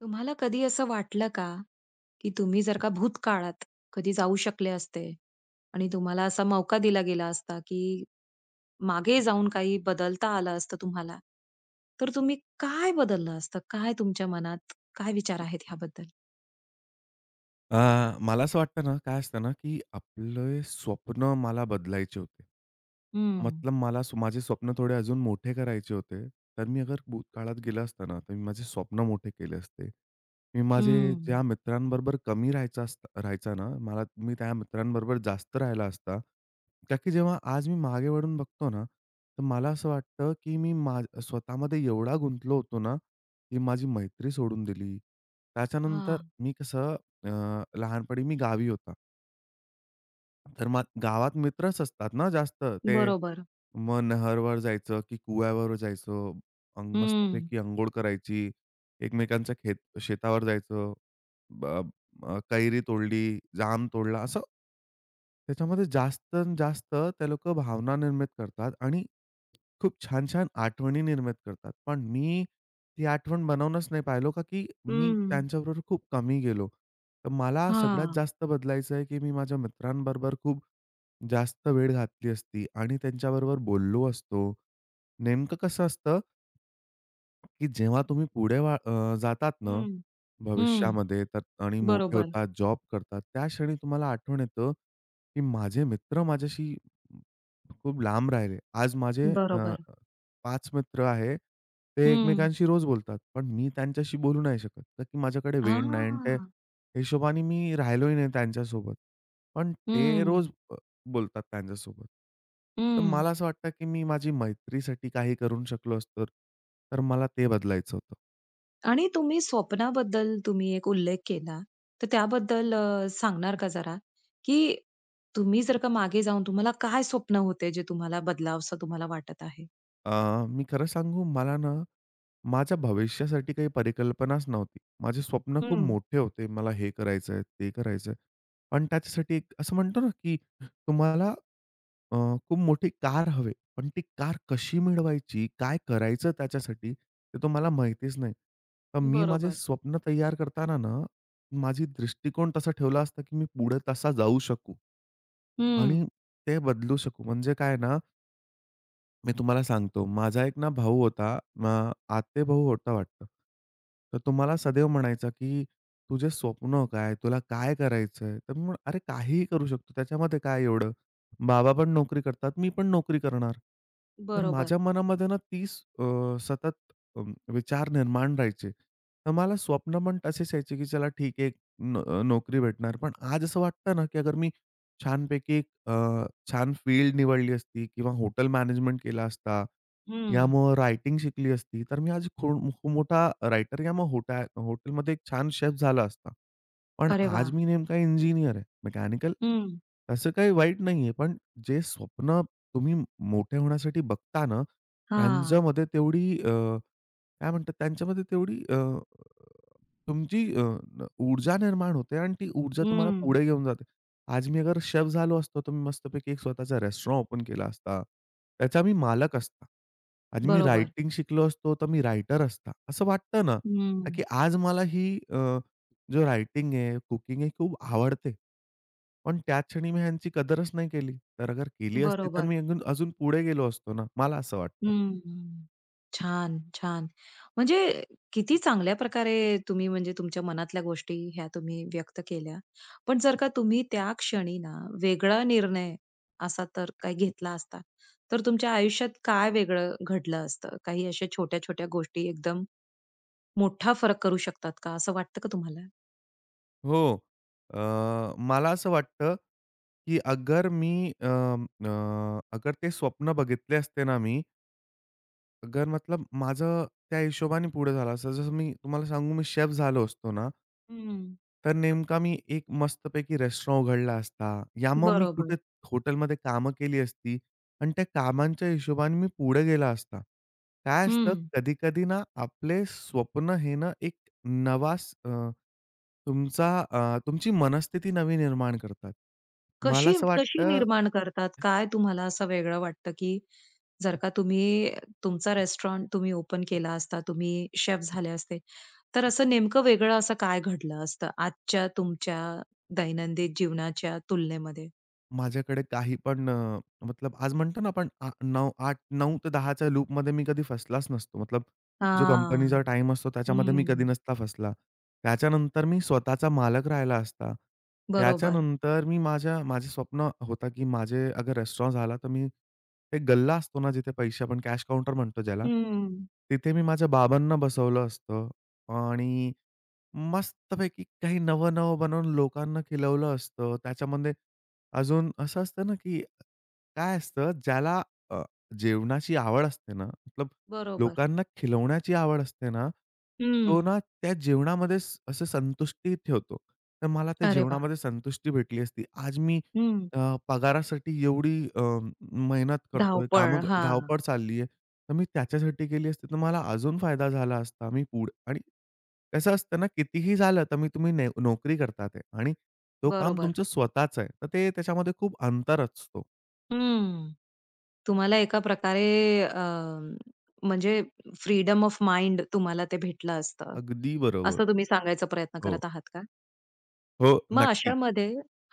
तुम्हाला कधी असं वाटलं का, की तुम्ही जर का भूतकाळात कधी जाऊ शकले असते आणि तुम्हाला असा मौका दिला गेला असता, की मागे जाऊन काही बदलता आलं असतं तुम्हाला, तर तुम्ही काय बदललं असतं? काय तुमच्या मनात काय विचार आहेत ह्याबद्दल? मला असं वाटतं ना, काय असतं ना, की आपले स्वप्न मला बदलायचे होते. हं. मतलब मला स्व माझे स्वप्न थोडे अजून मोठे करायचे होते. तर मी अगर भूतकाळात गेला असता ना, तर मी माझे स्वप्न मोठे केले असते. मी माझे हं. ज्या मित्रांबरोबर कमी राहायचा असता राहायचा ना, मी त्या मित्रांबरोबर जास्त राहिला असता. का की जेव्हा आज मी मागे वळून बघतो ना, तर मला असं वाटतं, की मी मा स्वतःमध्ये एवढा गुंतलो होतो ना, की माझी मैत्री सोडून दिली. त्याच्यानंतर हां. मी कसं अ, लहानपणी मी गावी होता. तर मग गावात मित्रच असतात ना जास्त. ते बरोबर. मग नहरवर जायचं की कुव्यावर जायचं. हं. मस्तपैकी अंघोळ करायची. एकमेकांच्या शेतावर जायचं. ब कैरी तोडली, जाम तोडला असं. त्याच्यामध्ये जास्त अन् जास्त ते लोकं भावना निर्मित करतात आणि खूप छान-छान आठवणी निर्माण करतात. पण मी ती आठवण बनवूनच नाही पाहिलो का की मी हं. त्यांच्याबरोबर खूप कमी गेलो. तर मला सगळ्यात हां. जास्त बदलायचं आहे की मी माझ्या मित्रांबरोबर खूप जास्त वेळ घातली असती आणि त्यांच्याबरोबर बोललो असतो. नेमकं कसं असतं की जेव्हा तुम्ही जातात ना, हं. हं. भविष्यामध्ये तर आणि मोठे बरोबर, होतात, जॉब करतात, त्या क्षणी तुम्हाला आठवण येतं, की माझे मित्र माझ्याशी खूप लांब राहिले. आज माझे बरोबर. 5 मित्र आहे. ते हं. एकमेकांशी रोज बोलतात. पण मी त्यांच्याशी बोलू नाही शकत, का की माझ्याकडे वेळ नाही आणि त्या हां. हिशोबाने मी राहिलोही नाही त्यांच्यासोबत. पण ते रोज हं. बोलतात त्यांच्यासोबत. तर हं. मला असं वाटतं, की मी माझी मैत्रीसाठी काही करून शकलो असतो, तर मला ते बदलायचं होतं. आणि तुम्ही स्वप्नाबद्दल तुम्ही एक उल्लेख केला, तर त्याबद्दल सांगणार का जरा? की तुम्ही जर का मागे जाऊन तुम्हाला काय स्वप्न होते, जे तुम्हाला बदलावसं तुम्हाला वाटत आहे? मी खरं सांगू मला ना, माझ्या भविष्यासाठी काही परिकल्पनाच नव्हती. माझे स्वप्न खूप हं. मोठे होते. मला हे करायचं आहे, ते करायचं आहे. पण त्याच्यासाठी एक असं म्हणतो ना, की तुम्हाला अ, खूप मोठी कार हवे। पण ती कार कशी मिळवायची, काय करायचं त्याच्यासाठी ते तुम्हाला माहितीच नाही. तर मी माझे बरोबर. स्वप्न तयार करताना ना, माझी दृष्टिकोन तसा ठेवला असता, की मी पुढे तसा जाऊ शकू आणि हं. ते बदलू शकू. म्हणजे काय ना मी तुम्हाला सांगतो. माझा एक ना भाऊ होता. आत्तेभाऊ होता वाटतं. तर तो सदैव म्हणायचा, की "तुझे स्वप्न काय? तुला काय करायचंय?" तर मी म्हणलं, "अरे काहीही करू शकतो. त्याच्यामध्ये काय एवढं? बाबा पण नोकरी करतात. मी पण नोकरी करणार." तर बरोबर. माझ्या मनामध्ये ना तीच सतत अ, विचार निर्माण राहायचे. तर मला स्वप्न पण तसेच यायचे, की चला ठीक आहे, नोकरी भेटणार. पण आज असं वाटतं ना, की अगर मी छानपैकी एक अ, छान फील्ड निवडली असती किंवा हॉटेल मॅनेजमेंट केला असता, हं. यामुळं रायटिंग शिकली असती, तर मी आज खूप खूप मोठा रायटर या मग हॉटेलमध्ये एक छान शेफ झाला असता. पण अरे आज वाह! मी नेमका इंजिनिअर आहे, मेकॅनिकल. हं. तसं काही वाईट नाहीये, पण जे स्वप्न तुम्ही मोठे होण्यासाठी बघता ना, हां. त्यांच्यामध्ये तेवढी अ, त्यांच्यामध्ये तेवढी तुमची अ, ऊर्जा निर्माण होते आणि ती ऊर्जा तुम्हाला हं. पुढे घेऊन जाते. आज मी अगर शेफ झालो असतो, तर मी मस्तपैकी एक स्वतःचा रेस्टॉरंट ओपन केला असता. त्याचा मी मालक असता. आज मी बरोबर. रायटिंग शिकलो असतो, तर मी रायटर असता. असं वाटतं ना, हं. की आज जो रायटिंग आहे, कुकिंग आहे खूप आवडते. पण त्या क्षणी मी ह्यांची कदरच नाही केली. तर अगर केली असती, तर बरोबर. मी अजून अजून पुढे गेलो असतो ना, मला असं वाटतं. हं. छान, छान. म्हणजे किती चांगल्या प्रकारे तुम्ही म्हणजे तुमच्या मनातल्या गोष्टी ह्या तुम्ही व्यक्त केल्या. पण जर का तुम्ही त्या क्षणी ना वेगळा निर्णय असा तर काही घेतला असता, तर तुमच्या आयुष्यात काय वेगळं घडलं असतं? काही अशा छोट्या-छोट्या गोष्टी एकदम मोठा फरक करू शकतात का, असं वाटतं का तुम्हाला? हो, मला असं वाटतं, की अगर मी अ, अ, अगर ते स्वप्न बघितले असते ना मी अगर मतलब माझं त्या हिशोबाने पुढे झालं असतं. जसं मी तुम्हाला सांगू मी शेफ झालो असतो ना, हं. तर नेमका मी एक मस्तपैकी रेस्टॉरंट उघडला असता. या मग मी बरोबर. कुठे हॉटेलमध्ये कामं केली असती आणि त्या कामांच्या हिशोबाने मी पुढे गेला असता. काय असतं हं. कधी-कधी ना आपले स्वप्न हे ना एक नवा स अ, तुमचा अ, तुमची मनस्थिती नवी निर्माण करतात. मला कशी असं कशी वाटतं निर्माण करतात? काय तुम्हाला असं वेगळं वाटतं, की जर का तुम्ही तुमचा रेस्टॉरंट तुम्ही ओपन केला असता, तुम्ही शेफ झाले असते, तर असं नेमकं वेगळं असं काय घडलं असतं आजच्या तुमच्या दैनंदिन जीवनाच्या तुलनेमध्ये? माझ्याकडे काही पण अ, मतलब आज म्हणतो ना आपण 9 8-9 ते 10 लूपमध्ये मी कधी फसलाच नसतो. मतलब जो हां. कंपनीचा टाईम असतो त्याच्यामध्ये मी कधी हं. नसता फसला. त्याच्यानंतर मी स्वतःचा मालक राहिला असता. बरोबर. त्याच्यानंतर मी माझ्या माझे स्वप्न होता, की माझे अगर रेस्टॉरंट झाला तर मी ते गल्ला असतो ना जिथे पैसे आपण कॅश काउंटर म्हणतो ज्याला, हं. तिथे मी माझ्या बाबांना बसवलं असतं आणि मस्तपैकी काही नवं-नवं बनवून लोकांना खिलवलं असतं. त्याच्यामध्ये अजून असं असतं ना, की काय असतं अ, जेवणाची आवड असते ना, मतलब बरोबर. लोकांना खिलवण्याची आवड असते ना, तो हं. ना त्या जेवणामध्येच असं संतुष्टी ठेवतो. तर मला त्या अरे वाह! जेवणामध्ये संतुष्टी भेटली असती. आज हं. पगारासाठी मेहनत करतोय, धावपळ. कामं हां. धावपळ चालली आहे. तर मी त्याच्यासाठी केली असती तर मला अजून फायदा झाला असता. मी पुढे आणि कसं असतं ना, कितीही झालं तर तुम्ही नोकरी करतात आहे आणि तो काम बरोबर. तुमचं स्वतःचं आहे. तर ते त्याच्यामध्ये खूप अंतर असतो. हं. तुम्हाला एका प्रकारे अ, म्हणजे फ्रीडम ऑफ माइंड तुम्हाला ते भेटलं असतं, अगदी बरोबर. असं तुम्ही सांगायचा प्रयत्न हो, करत आहात का? हो, मग नक्की. अशामध्ये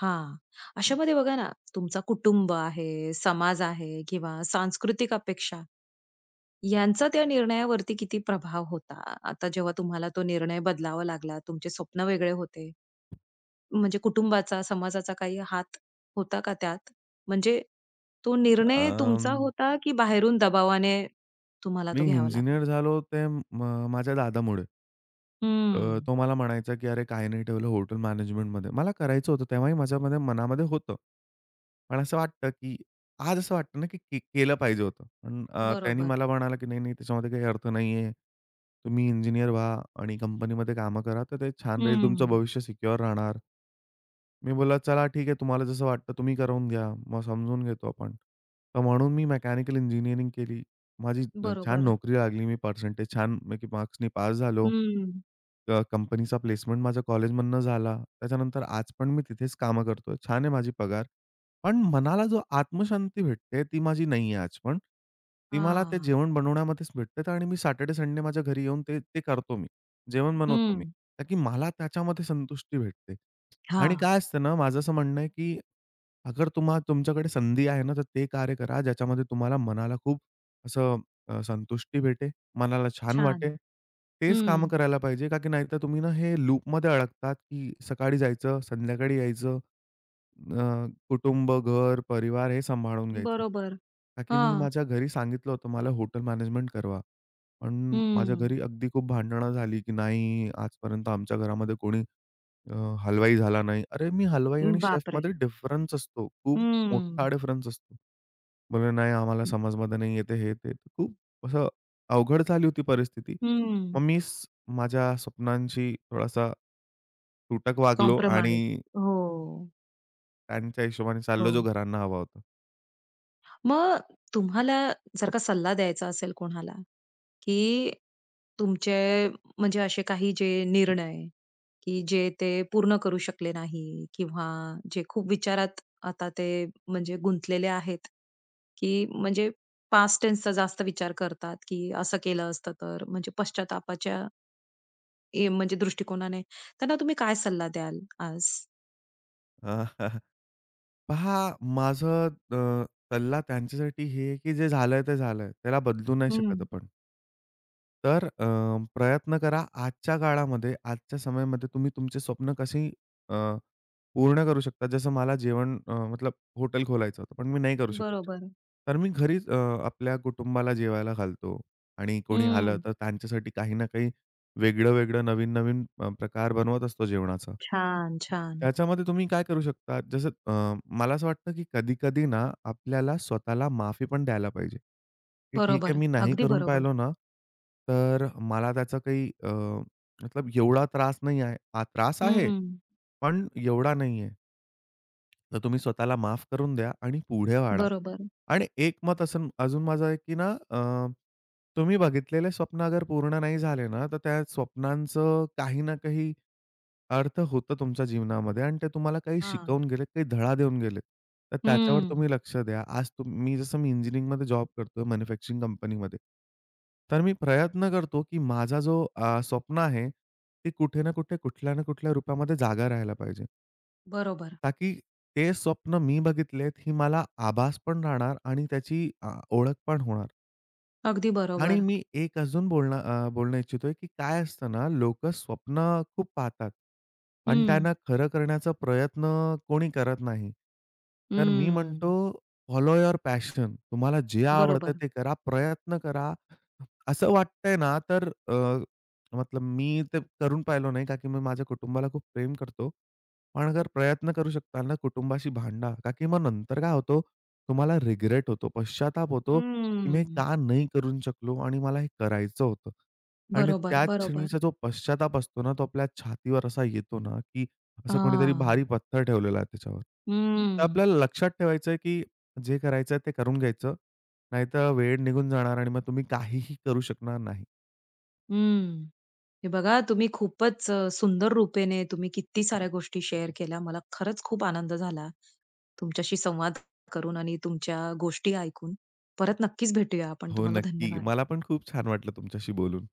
हां. अशामध्ये बघा ना, तुमचा कुटुंब आहे, समाज आहे किंवा सांस्कृतिक अपेक्षा यांचा त्या निर्णयावरती किती प्रभाव होता? आता जेव्हा तुम्हाला तो निर्णय बदलावा लागला, तुमचे स्वप्न वेगळे होते. म्हणजे कुटुंबाचा, समाजाचा काही हात होता का त्यात? म्हणजे तो निर्णय अं, तुमचा होता, की बाहेरून दबावाने तुम्हाला मी तो घ्यावा लागला? इंजिनिअर झालो ते म माझ्या दादामुळे. हं. तो मला म्हणायचा, की "अरे, काही नाही ठेवलं हॉटेल मॅनेजमेंटमध्ये." मला करायचं होतं तेव्हाही मनामध्ये होतं. पण असं वाटतं, की आज असं वाटतं ना, की केलं पाहिजे होतं. पण त्यांनी बरोबर. मला म्हणाला, की "नाही, नाही त्याच्यामध्ये काही अर्थ नाहीये. तुम्ही इंजिनिअर व्हा आणि कंपनीमध्ये कामं करा, तर ते छान राहील. तुमचं हं. भविष्य सिक्युअर राहणार." मी बोलला, "चला ठीक आहे, तुम्हाला जसं वाटतं तुम्ही करवून घ्या, मग समजून घेतो आपण." तर म्हणून मी मेकॅनिकल इंजिनिअरिंग केली. माझी छान बरोबर. नोकरी लागली. मी पर्सेंटेज छानपैकी मार्क्सनी पास झालो. हं. कंपनीचा प्लेसमेंट माझ्या कॉलेजमधनं झाला. त्याच्यानंतर आज पण मी तिथेच कामं करतोय. छान आहे माझी पगार. पण मनाला जो आत्मशांती भेटते, ती माझी नाही आहे आज पण. ती मला ते हां. जेवण बनवण्यामध्येच भेटते तर आणि मी सॅटर्डे, संडे माझ्या घरी येऊन ते ते करतो मी. जेवण बनवतो मी. हं. कारण की मला त्याच्यामध्ये संतुष्टी भेटते. आणि हां. काय असतं ना, माझं असं म्हणणं आहे, की अगर तुमच्याकडे संधी आहे ना, तर ते कार्य करा, ज्याच्यामध्ये तुम्हाला मनाला असं संतुष्टी भेटे, मनाला छान छान. वाटे, तेच हं. काम करायला पाहिजे, का की नाहीतर तुम्ही ना हे लूपमध्ये अडकतात, की सकाळी जायचं, संध्याकाळी यायचं, कुटुंब, घर, परिवार हे सांभाळून घ्यायचं. बरोबर. का की मी हां. माझ्या घरी सांगितलं होतं, मला हॉटेल मॅनेजमेंट करवा. पण माझ्या हं. घरी अगदी खूप भांडणं झाली, की नाही आजपर्यंत आमच्या घरामध्ये अ, हलवाई झाला नाही. अरे, मी हलवाई आणि बापरे! शेफमध्ये डिफरन्स असतो. खूप मोठा हं. डिफरन्स असतो. बोलले, "नाही, आम्हाला समजमध्ये नाही येते," हे, ते. तर खूप असं अवघड झाली होती परिस्थिती. हं. मग मीच माझ्या स्वप्नांशी थोडासा तुटक वागलो आणि कॉम्प्रोमाईज. हो, त्यांच्या हिशोबाने चाललो, जो हो. घरांना हवा होता. मग तुम्हाला जर का सल्ला द्यायचा असेल कोणाला की तुमचे म्हणजे असे काही जे निर्णय, की जे ते पूर्ण करू शकले नाही किंवा जे खूप विचारात आता ते म्हणजे गुंतलेले आहेत, की म्हणजे पास्ट टेन्सचा जास्त विचार करतात, की असं केलं असतं तर, म्हणजे पश्चातापाच्या ए म्हणजे दृष्टिकोनाने त्यांना तुम्ही काय सल्ला द्याल आज? पहा, माझं अ, सल्ला त्यांच्यासाठी हे आहे, की जे झालंय ते झालंय. त्याला बदलू नाही शकत हं, आपण. तर प्रयत्न करा आजच्या काळामध्ये, आजच्या समयामध्ये तुम्ही तुमचे स्वप्न अ, पूर्ण करू शकता. जसं मतलब हॉटेल खोलायचं होतं, पण मी नाही करू शकत. बरोबर. तर मी आपल्या कुटुंबाला जेवायला घालतो आणि कोणी आलं हं. तर त्यांच्यासाठी काही ना काही वेगळं-वेगळं, प्रकार बनवत असतो जेवणाचा. छान, छान. त्याच्यामध्ये तुम्ही काय करू शकता, जसं मला असं वाटतं की कधी-कधी ना आपल्याला स्वतःला माफी पण द्यायला पाहिजे, की ठीक आहे बरोबर. मी नाही अगदी करून बरोबर. पाहिलो ना, तर मला मतलब एवढा त्रास नाही आहे. हा त्रास आहे, हं, पण एवढा नाहीये. तर तुम्ही स्वतःला माफ करून द्या आणि पुढे वाढा. बरोबर. आणि एक मत असं अजून माझं आहे, की तुम्ही बघितलेले स्वप्न अगर पूर्ण नाही झाले ना, तर त्या स्वप्नांचं काही ना काही अर्थ होतं तुमच्या जीवनामध्ये आणि ते तुम्हाला काही हां. शिकवून गेलेत, काही धडा देऊन गेलेत. तर त्याच्यावर हं. तुम्ही लक्ष द्या. आज मी जसं मी इंजिनिअरिंगमध्ये जॉब करतोय मॅन्युफॅक्चरिंग कंपनीमध्ये. तर मी प्रयत्न करतो, की माझा स्वप्न आहे, ते कुठे ना कुठे, कुठल्या ना कुठल्या रूपामध्ये जागा राहायला पाहिजे. बरोबर. ताकी ते स्वप्न मी बघितलेत, ही मला आभास पण राहणार ओळख पण होणार. अगदी आणि बरोबर. मी एक बोलणं इच्छितोय, की काय असतं ना, लोकं स्वप्न खूप पाहतात, पण हं. त्यांना खरं करण्याचा प्रयत्न कोणी करत नाही. तर मी म्हणतो, हं. Follow your passion. तुम्हाला जे आवडतं बरोबर. ते करा, प्रयत्न करा असं वाटतंय ना, मतलब मी ते करून पाहिलं नाही, का की मी माझ्या कुटुंबाला खूप प्रेम करतो. पण अगर प्रयत्न करू शकताल ना कुटुंबाशी भांडा, का की मग नंतर काय होतो, तुम्हाला रिग्रेट होतो, पश्चाताप होतो, की मी हे हं. का नाही करू शकलो आणि मला हे करायचं होतं. आणि बरोबर, त्याच बरोबर. क्षणीचा जो पश्चाताप असतो ना, तो आपल्या छातीवर असा येतो ना, की असं कोणीतरी भारी हां. पत्थर ठेवलेला आहे त्याच्यावर. तर हं. आपल्याला लक्षात ठेवायचं आहे, की जे करायचं आहे ते करून घ्यायचं. नाहीतर वेळ निघून जाणार आणि मग तुम्ही काहीही करू शकणार नाही. हं. हे बघा तुम्ही खूपच सुंदर रूपेने तुम्ही किती साऱ्या गोष्टी शेअर केल्या. मला खरंच खूप आनंद झाला तुमच्याशी संवाद करून आणि तुमच्या गोष्टी ऐकून. परत नक्कीच भेटूया आपण. हो, तुम्हाला नक्की. धन्यवाद. मला पण खूप छान वाटलं तुमच्याशी बोलून.